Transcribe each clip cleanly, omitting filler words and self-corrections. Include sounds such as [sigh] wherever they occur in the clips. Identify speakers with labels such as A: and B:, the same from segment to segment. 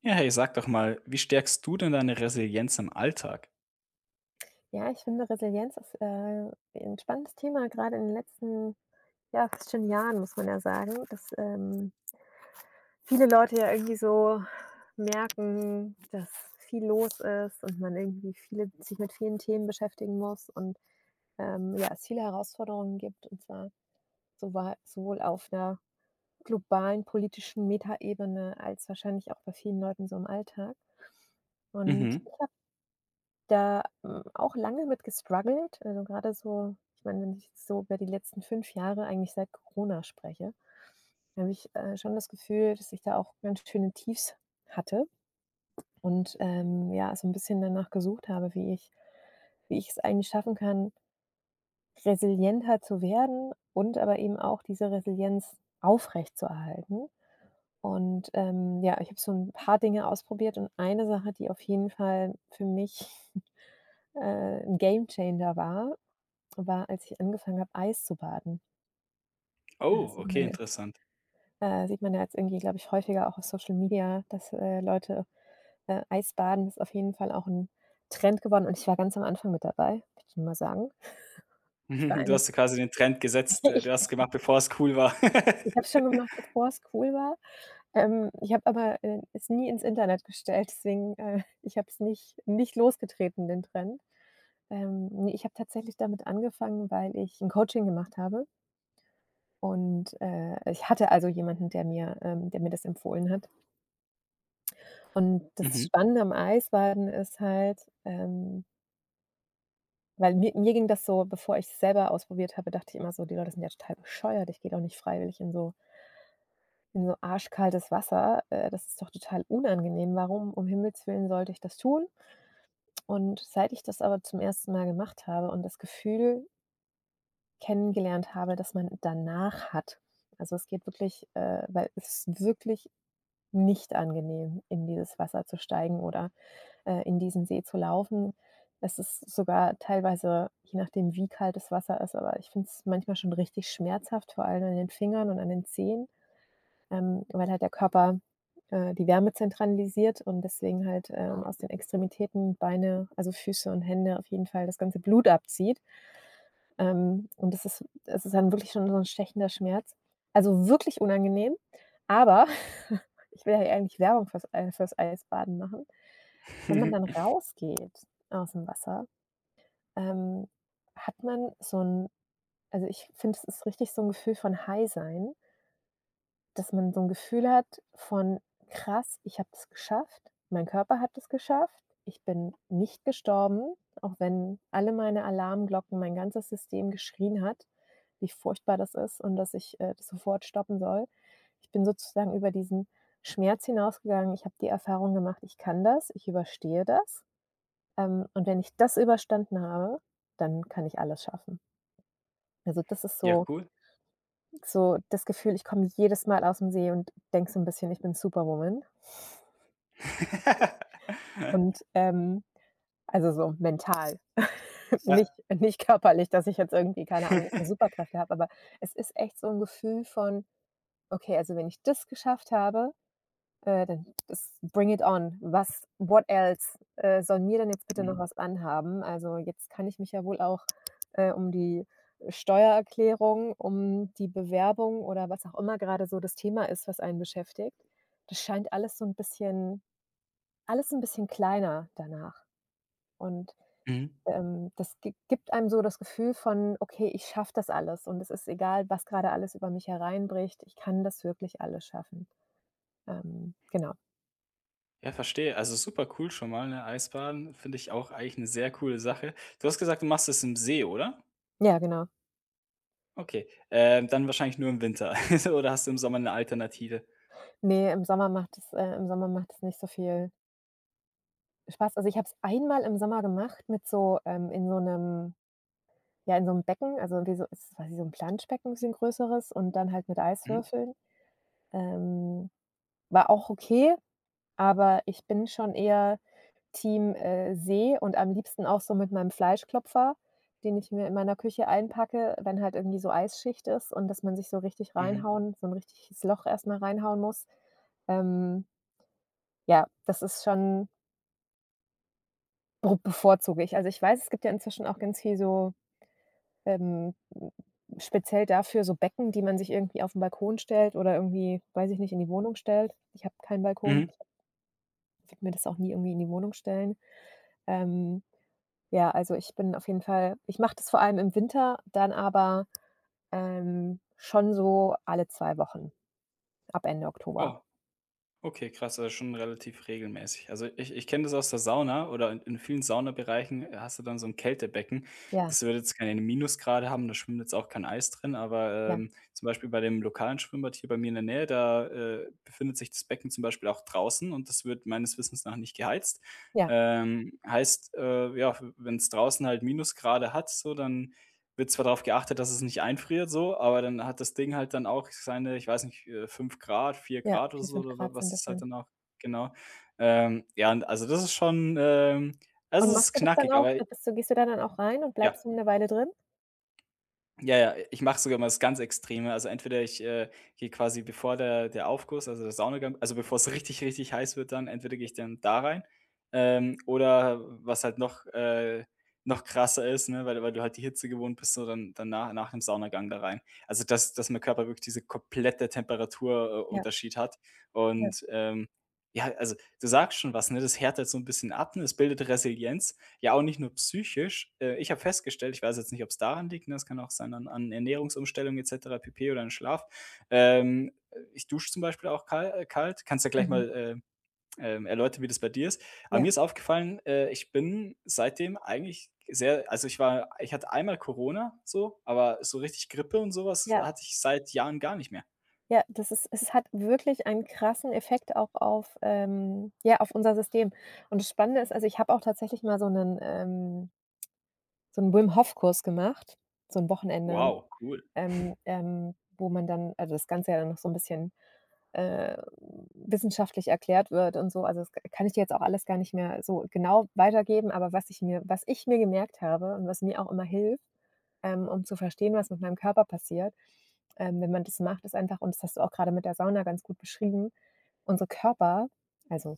A: Ja, hey, sag doch mal, wie stärkst du denn deine Resilienz im Alltag?
B: Ja, ich finde, Resilienz ist 'n spannendes Thema, gerade in den letzten, ja, fast schon Jahren, muss man ja sagen, dass viele Leute ja irgendwie so merken, dass viel los ist und man irgendwie viele sich mit vielen Themen beschäftigen muss und, ja, es viele Herausforderungen gibt, und zwar sowa sowohl auf 'ner globalen politischen Metaebene als wahrscheinlich auch bei vielen Leuten so im Alltag. Und
A: Mhm.
B: da auch lange mit gestruggelt. Also, gerade so ich meine, wenn ich jetzt so über die letzten 5 Jahre, eigentlich seit Corona spreche, habe ich schon das Gefühl, dass ich da auch ganz schöne Tiefs hatte und, ja, so ein bisschen danach gesucht habe, wie ich es eigentlich schaffen kann, resilienter zu werden und aber eben auch diese Resilienz aufrechtzuerhalten. Und, ja, ich habe so ein paar Dinge ausprobiert und eine Sache, die auf jeden Fall für mich, [laughs] äh, 'n Gamechanger war, als ich angefangen habe, Eis zu baden. Ja, das
A: Oh,
B: sieht
A: okay,
B: man jetzt
A: interessant. [laughs]
B: äh, sieht man ja jetzt irgendwie, glaube ich, häufiger auch auf Social Media, dass Leute, Eis baden ist auf jeden Fall auch ein Trend geworden und ich war ganz am Anfang mit dabei, möchte ich mal sagen. Ich war
A: Mhm, du
B: eine.
A: hast ja quasi den Trend
B: [laughs]
A: gesetzt. Du
B: ich
A: hast es
B: ich
A: gemacht, bevor es cool war. [laughs]
B: ich habe es schon gemacht, bevor es cool war. Ich habe aber, es nie ins Internet gestellt, [laughs] ich habe es nicht losgetreten, den Trend. Ne, ich habe tatsächlich damit angefangen, weil ich 'n Coaching gemacht habe und ich hatte also jemanden, der mir das empfohlen hat. Und
A: Mhm.
B: das Spannende am Eisbaden ist halt, weil mir ging das so, bevor ich's selber ausprobiert habe, dachte ich immer so: „Die Leute sind ja total bescheuert. Ich gehe doch nicht freiwillig in so arschkaltes Wasser. Das ist doch total unangenehm. Warum um Himmels Willen sollte ich das tun?“ Und seit ich das aber zum ersten Mal gemacht habe und das Gefühl kennengelernt habe, dass man danach hat, also, es geht wirklich, weil es ist wirklich nicht angenehm, in dieses Wasser zu steigen oder in diesen See zu laufen. Es ist sogar teilweise, je nachdem, wie kalt das Wasser ist, aber ich finde es manchmal schon richtig schmerzhaft, vor allem an den Fingern und an den Zehen, weil halt der Körper, die Wärme zentralisiert und deswegen halt aus den Extremitäten, Beine, also Füße und Hände, auf jeden Fall das ganze Blut abzieht. Und das ist dann wirklich schon so ein stechender Schmerz. Also, wirklich unangenehm, aber [laughs] ich will ja eigentlich Werbung fürs Eisbaden machen. Wenn man dann
A: [laughs]
B: rausgeht aus dem Wasser, ähm, hat man so ein, also, ich finde, es ist richtig so ein Gefühl von High sein. Dass man so 'n Gefühl hat von: „Krass, ich habe das geschafft. Mein Körper hat es geschafft. Ich bin nicht gestorben, auch wenn alle meine Alarmglocken, mein ganzes System geschrien hat, wie furchtbar das ist und dass ich das sofort stoppen soll.“ Ich bin sozusagen über diesen Schmerz hinausgegangen. Ich habe die Erfahrung gemacht: „Ich kann das, ich überstehe das, und wenn ich das überstanden habe, dann kann ich alles schaffen.“ Also, das ist
A: Ja,
B: so,
A: cool.
B: so das Gefühl, ich komme jedes Mal aus dem See und denke so ein bisschen, ich bin Superwoman und,
A: [laughs]
B: ähm also so mental, [laughs] nicht
A: Ja.
B: nicht körperlich, dass ich jetzt irgendwie, keine Ahnung,
A: [laughs]
B: Superkräfte habe, aber es ist echt so ein Gefühl von: „Okay, also wenn ich das geschafft habe, dann das bring it on. Was what else soll mir denn jetzt bitte
A: Mhm.
B: noch was anhaben? Also, jetzt kann ich mich ja wohl auch um die Steuererklärung, um die Bewerbung oder was auch immer gerade so das Thema ist, was einen beschäftigt. Das scheint alles so ein bisschen, alles ein bisschen kleiner danach. Und,
A: Mhm.
B: ähm, das gi gibt einem so das Gefühl von: „Okay, ich schaffe das alles und es ist egal, was gerade alles über mich hereinbricht. Ich kann das wirklich alles schaffen.“ Genau.
A: Ja, verstehe. Also super cool schon mal, ne? Eisbaden finde ich auch eigentlich eine sehr coole Sache. Du hast gesagt, du machst es im See, oder?
B: Ja, genau.
A: Okay. Dann wahrscheinlich nur im Winter [laughs] oder hast du im Sommer eine Alternative?
B: Ne, im Sommer macht es nicht so viel Spaß. Also, ich habe es einmal im Sommer gemacht mit so in so 'nem, ja, in so 'nem Becken, also wie so ist quasi so 'n Planschbecken, bisschen größeres und dann halt mit
A: Mhm,
B: Eiswürfeln. Ähm, war auch okay, aber ich bin schon eher Team See und am liebsten auch so mit meinem Fleischklopfer, den ich mir in meiner Küche einpacke, wenn halt irgendwie so Eisschicht ist und dass man sich so richtig
A: mhm,
B: reinhauen, so 'n richtiges Loch erst mal reinhauen muss. Ähm, ja, das ist schon, Bru bevorzuge ich. Also, ich weiß, es gibt ja inzwischen auch ganz viel so, ähm, speziell dafür so Becken, die man sich irgendwie auf'n Balkon stellt oder irgendwie, weiß ich nicht, in die Wohnung stellt. Ich habe keinen
A: mhm.
B: Balkon. Ich würde mir das auch nie irgendwie in die Wohnung stellen. Ähm, ja, also, ich bin auf jeden Fall, ich mache das vor allem im Winter, schon so alle 2 Wochen ab Ende
A: Oh.
B: Oktober.
A: Okay, krass, also schon relativ regelmäßig. Also ich kenne das aus der Sauna oder in vielen Saunabereichen, hast du dann so ein Kältebecken.
B: Ja,
A: Das wird jetzt keine Minusgrade haben, da schwimmt jetzt auch kein Eis drin, aber,
B: ja,
A: zum Beispiel bei dem lokalen Schwimmbad hier bei mir in der Nähe, da befindet sich das Becken zum Beispiel auch draußen und das wird meines Wissens nach nicht geheizt.
B: ja,
A: Heißt, ja, wenn es draußen halt Minusgrade hat so, dann wird zwar darauf geachtet, dass es nicht einfriert so, aber dann hat das Ding halt dann auch seine, ich weiß nicht, 5 C, 4 C
B: ja,
A: oder
B: vier
A: so
B: fünf
A: oder wa
B: Grad sind
A: was
B: das
A: ist halt
B: dann.
A: dann auch genau. Ja, und also das ist schon, also
B: Und
A: es ist
B: machst du das dann
A: knackig,
B: auch?
A: aber
B: Bist du, gehst du da dann auch rein und
A: ja.
B: bleibst du eine Weile drin?
A: Ja, ja, ich mache sogar mal das ganz Extreme. Also entweder ich gehe quasi, bevor der Aufguss, also der Saunagang, also bevor es richtig, richtig heiß wird dann, entweder gehe ich dann da rein, oder was halt noch, noch krasser ist, ne, weil du halt die Hitze gewohnt bist, so dann nach dem Saunagang da rein. Also, dass mein Körper wirklich diese komplette Temperaturunterschied,
B: Ja,
A: Unterschied hat
B: ja,
A: und, ja, also du sagst schon was, ne, das härtet so ein bisschen ab, ne? Es bildet Resilienz, ja, und nicht nur psychisch. Ich habe festgestellt, ich weiß jetzt nicht, ob es daran liegt, ne, es kann auch sein an Ernährungsumstellung et cetera pp. Oder an Schlaf. Ich dusche zum Beispiel auch kalt. Kannst ja gleich
B: mhm,
A: mal, erläutern, wie das bei dir ist. Aber
B: ja.
A: mir ist aufgefallen, ich bin seitdem eigentlich sehr, also, ich hatte einmal Corona so, aber so richtig Grippe und sowas
B: Ja,
A: hatte ich seit Jahren gar nicht mehr.
B: ja, das ist, es hat wirklich einen krassen Effekt auch auf, ja, auf unser System. Und das Spannende ist, also, ich habe auch tatsächlich mal so einen so einen Wim-Hof-Kurs gemacht, so ein Wochenende,
A: Wow, cool.
B: wo man dann, also, das Ganze ja dann noch so ein bisschen, äh, wissenschaftlich erklärt wird und so. Also, das kann ich dir jetzt auch alles gar nicht mehr so genau weitergeben, aber was ich mir gemerkt habe und was mir auch immer hilft, um zu verstehen, was mit meinem Körper passiert, wenn man das macht, ist einfach, und das hast du auch gerade mit der Sauna ganz gut beschrieben, unsere Körper, also,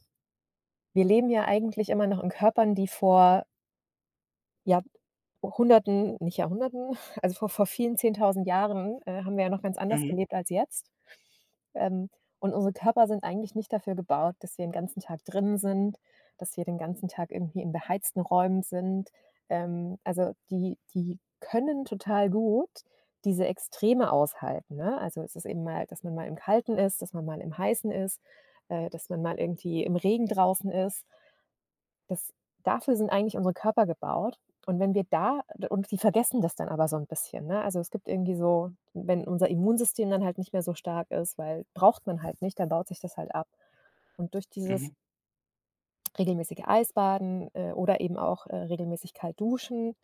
B: wir leben ja eigentlich immer noch in Körpern, die vor, ja, Hunderten, nicht Jahrhunderten, [laughs] also vor vielen 10.000 Jahren, haben wir ja noch ganz anders
A: Mhm,
B: gelebt als jetzt. Ähm, und unsere Körper sind eigentlich nicht dafür gebaut, dass wir den ganzen Tag drin sind, dass wir den ganzen Tag irgendwie in beheizten Räumen sind. Also, die können total gut diese Extreme aushalten, ne? Also, es ist eben mal, dass man mal im Kalten ist, dass man mal im Heißen ist, dass man mal irgendwie im Regen draußen ist. Das, dafür sind eigentlich unsere Körper gebaut. Und wenn wir da, und die vergessen das dann aber so ein bisschen, ne? Also, es gibt irgendwie so, wenn unser Immunsystem dann halt nicht mehr so stark ist, weil braucht man halt nicht, dann baut sich das halt ab. Und durch
A: mhm.
B: dieses regelmäßige Eisbaden, oder eben auch, regelmäßig kalt duschen,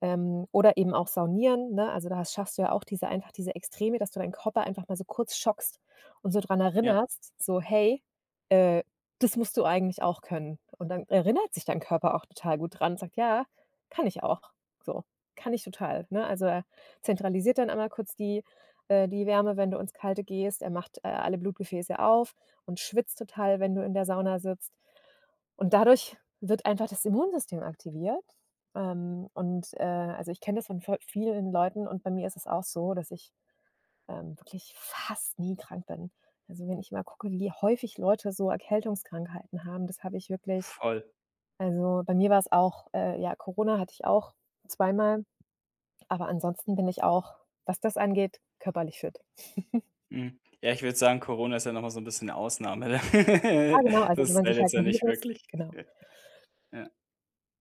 B: oder eben auch saunieren, ne? Also, da schaffst du ja auch diese, einfach diese Extreme, dass du deinen Körper einfach mal so kurz schockst und so dran
A: Ja,
B: erinnerst, so: „Hey, äh, das musst du eigentlich auch können.“ Und dann erinnert sich dein Körper auch total gut dran und sagt: „Ja, kann ich auch. So, kann ich total“, ne? Also, er zentralisiert dann einmal kurz die, die Wärme, wenn du ins Kalte gehst. Er macht, alle Blutgefäße auf und schwitzt total, wenn du in der Sauna sitzt. Und dadurch wird einfach das Immunsystem aktiviert. Also, ich kenne das von voll vielen Leuten und bei mir ist es auch so, dass ich wirklich fast nie krank bin. Also, wenn ich mal gucke, wie häufig Leute so Erkältungskrankheiten haben, das habe ich wirklich,
A: voll.
B: also, bei mir war es auch, ja, Corona hatte ich auch zweimal, aber ansonsten bin ich auch, was das angeht, körperlich fit. [laughs]
A: Mhm. Ja, ich würde sagen, Corona ist ja noch mal so 'n bisschen 'ne Ausnahme.
B: Ah,
A: [laughs]
B: genau, also, wenn
A: Das
B: man
A: zählt
B: sich
A: jetzt
B: halt
A: ja
B: ein
A: nicht
B: Virus,
A: wirklich.
B: genau.
A: Ja.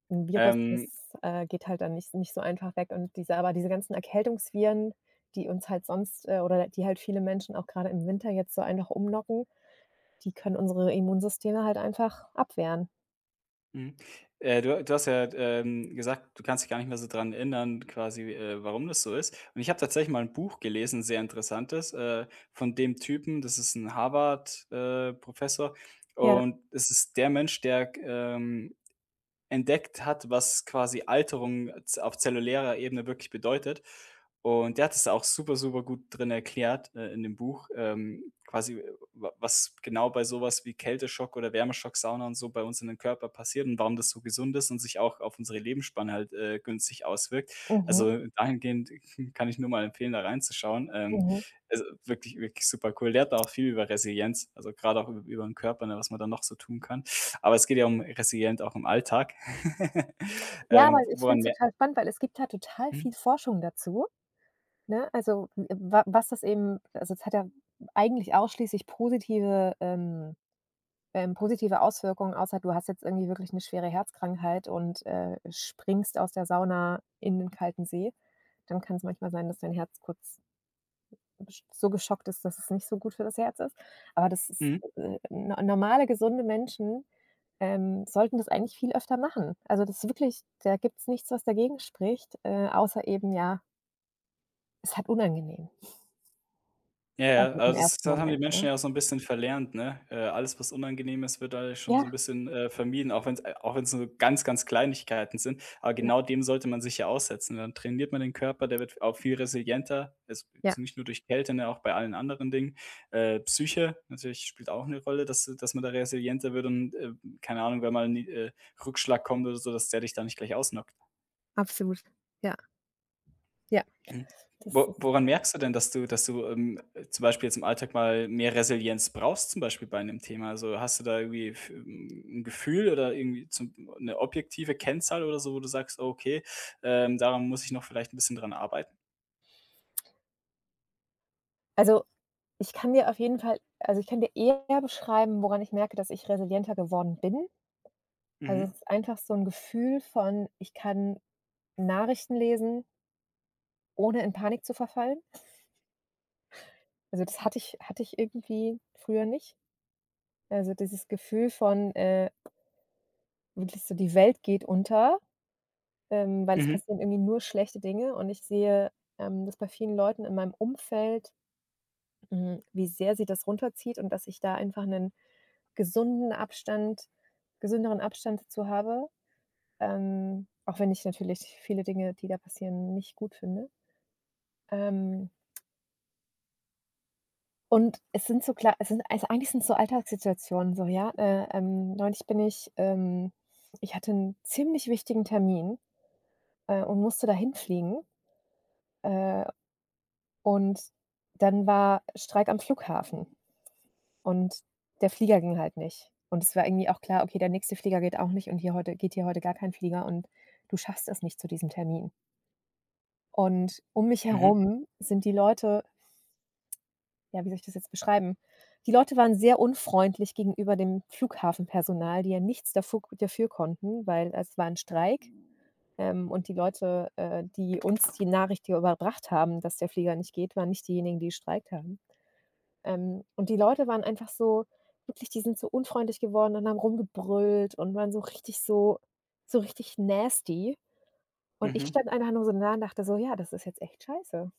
B: Ein Virus,
A: Ähm,
B: das geht halt dann nicht so einfach weg, und diese ganzen Erkältungsviren, die uns halt sonst, oder die halt viele Menschen auch gerade im Winter jetzt so einfach umnocken, die können unsere Immunsysteme halt einfach abwehren.
A: mhm. Du hast ja, gesagt, du kannst dich gar nicht mehr so dran erinnern quasi, warum das so ist. Und ich habe tatsächlich mal 'n Buch gelesen, sehr interessantes, von dem Typen, das ist 'n Harvard, Professor,
B: Ja,
A: und es ist der Mensch, der, entdeckt hat, was quasi Alterung auf zellulärer Ebene wirklich bedeutet. Und der hat es auch super, super gut drin erklärt, in dem Buch, quasi, wa was genau bei sowas wie Kälteschock oder Wärmeschock, Sauna und so bei uns in den Körper passiert und warum das so gesund ist und sich auch auf unsere Lebensspanne halt, günstig auswirkt.
B: mhm,
A: Also, dahingehend [laughs] kann ich nur mal empfehlen, da reinzuschauen.
B: mhm.
A: Also, wirklich, wirklich super cool. Der hat da auch viel über Resilienz, also gerade auch üb über den Körper, ne, was man da noch so tun kann. Aber es geht ja um resilient auch im Alltag. [laughs]
B: Ja, aber ich
A: Woran
B: finde es
A: mer
B: total spannend, weil es gibt halt total
A: Mhm,
B: viel Forschung dazu, ne? Also, w wa was das eben, also, es hat ja eigentlich ausschließlich positive, positive Auswirkungen, außer du hast jetzt irgendwie wirklich eine schwere Herzkrankheit und springst aus der Sauna in den kalten See, dann kann es manchmal sein, dass dein Herz kurz gesch so geschockt ist, dass es nicht so gut für das Herz ist. Aber das ist,
A: mhm.
B: no normale, gesunde Menschen, sollten das eigentlich viel öfter machen. Also, das ist wirklich, da gibt es nichts, was dagegen spricht, außer eben, ja, es hat unangenehm.
A: Ja, ja,
B: Also, im
A: also das
B: ersten
A: das haben die
B: Moment,
A: Menschen
B: ne?
A: ja auch so ein bisschen verlernt, ne? Alles, was unangenehm ist, wird dadurch schon so ein
B: Ja,
A: bisschen, vermieden, auch wenn es nur ganz, ganz Kleinigkeiten sind. Aber
B: ja,
A: genau dem sollte man sich ja aussetzen. Dann trainiert man den Körper, der wird auch viel resilienter. Also,
B: ja,
A: jetzt nicht nur durch Kälte, ne, auch bei allen anderen Dingen. Psyche natürlich spielt auch eine Rolle, dass man da resilienter wird, und keine Ahnung, wenn mal ein Rückschlag kommt oder so, dass der dich da nicht gleich ausnockt.
B: absolut. Ja, ja,
A: Mhm.
B: das
A: Wo
B: ist
A: woran merkst du denn, dass du, zum Beispiel jetzt im Alltag mal mehr Resilienz brauchst, zum Beispiel bei einem Thema? Also, hast du da irgendwie f 'n Gefühl oder irgendwie zum 'ne objektive Kennzahl oder so, wo du sagst: „Okay, daran muss ich noch vielleicht ein bisschen dran arbeiten?“
B: also. Ich kann dir auf jeden Fall, also, ich kann dir eher beschreiben, woran ich merke, dass ich resilienter geworden bin. Also, es
A: Mhm.
B: ist einfach so ein Gefühl von, ich kann Nachrichten lesen, ohne in Panik zu verfallen. Also, das hatte ich irgendwie früher nicht. Also, dieses Gefühl von, wirklich so die Welt geht unter, weil es
A: Mhm.
B: passieren irgendwie nur schlechte Dinge und ich sehe, das bei vielen Leuten in meinem Umfeld. Hm, wie sehr sie das runterzieht und dass ich da einfach einen gesunden Abstand gesünderen Abstand dazu habe, auch wenn ich natürlich viele Dinge, die da passieren, nicht gut finde. Ähm, und es sind so, klar, es sind, also, eigentlich sind's so Alltagssituationen so, ja. Neulich bin ich, ich hatte einen ziemlich wichtigen Termin, und musste dahin fliegen, äh, und dann war Streik am Flughafen. Und der Flieger ging halt nicht. Und es war irgendwie auch klar: „Okay, der nächste Flieger geht auch nicht und hier heute geht, hier heute gar kein Flieger und du schaffst es nicht zu diesem Termin.“ Und um mich
A: Mhm.
B: herum sind die Leute, ja, wie soll ich das jetzt beschreiben? Die Leute waren sehr unfreundlich gegenüber dem Flughafenpersonal, die ja nichts dafür konnten, weil es war ein Streik, und die Leute, die uns die Nachricht hier überbracht haben, dass der Flieger nicht geht, waren nicht diejenigen, die gestreikt haben. Und die Leute waren einfach so wirklich, die sind so unfreundlich geworden und haben rumgebrüllt und waren so richtig so so richtig nasty. Und ich
A: Mhm.
B: stand einfach nur so da und dachte so: „Ja, das ist jetzt echt scheiße.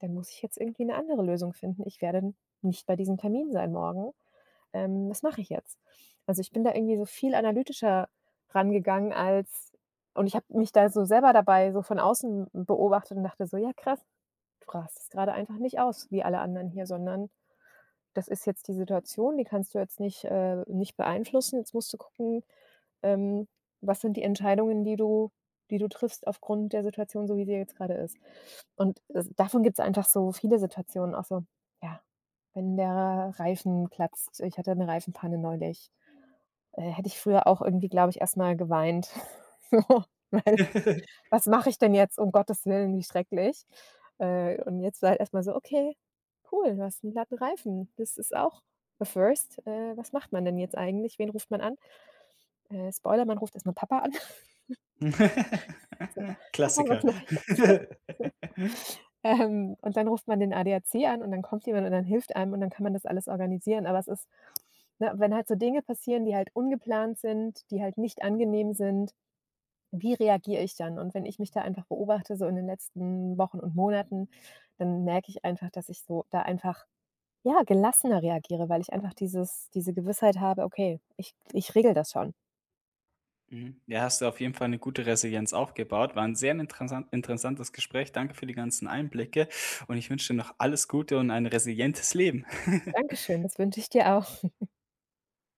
B: Dann muss ich jetzt irgendwie eine andere Lösung finden. Ich werde nicht bei diesem Termin sein morgen. Was mache ich jetzt?“ Also, ich bin da irgendwie so viel analytischer rangegangen als, und ich habe mich da so selber dabei so von außen beobachtet und dachte so: „Ja krass, du rast es gerade einfach nicht aus wie alle anderen hier, sondern das ist jetzt die Situation, die kannst du jetzt nicht, nicht beeinflussen. Jetzt musst du gucken, ähm, was sind die Entscheidungen, die du triffst aufgrund der Situation, so wie sie jetzt gerade ist. Und das, davon gibt es einfach so viele Situationen, auch so, ja, wenn der Reifen platzt. Ich hatte eine Reifenpanne neulich. Hätte ich früher auch irgendwie, glaube ich, erstmal geweint, [laughs] so, weil,
A: [laughs]
B: was mache ich denn jetzt? Um Gottes Willen, wie schrecklich. Und jetzt war halt erst mal so: „Okay, cool, du hast 'n glatten Reifen. Das ist auch a first. Was macht man denn jetzt eigentlich? Wen ruft man an?“ Spoiler, man ruft erst mal Papa an. [laughs] So: „Papa, was
A: Klassiker. [laughs]
B: mache ich jetzt?“ [laughs] Und dann ruft man den ADAC an und dann kommt jemand und dann hilft einem und dann kann man das alles organisieren. Aber es ist, ne, wenn halt so Dinge passieren, die halt ungeplant sind, die halt nicht angenehm sind. Wie reagiere ich dann? Und wenn ich mich da einfach beobachte, so in den letzten Wochen und Monaten, dann merke ich einfach, dass ich so da einfach, ja, gelassener reagiere, weil ich einfach diese Gewissheit habe: „Okay, ich regel das schon.“
A: Mhm. Ja, hast du auf jeden Fall eine gute Resilienz aufgebaut. War ein sehr interessantes Gespräch. Danke für die ganzen Einblicke und ich wünsche dir noch alles Gute und ein resilientes Leben. [laughs]
B: Dankeschön, das wünsche ich dir auch.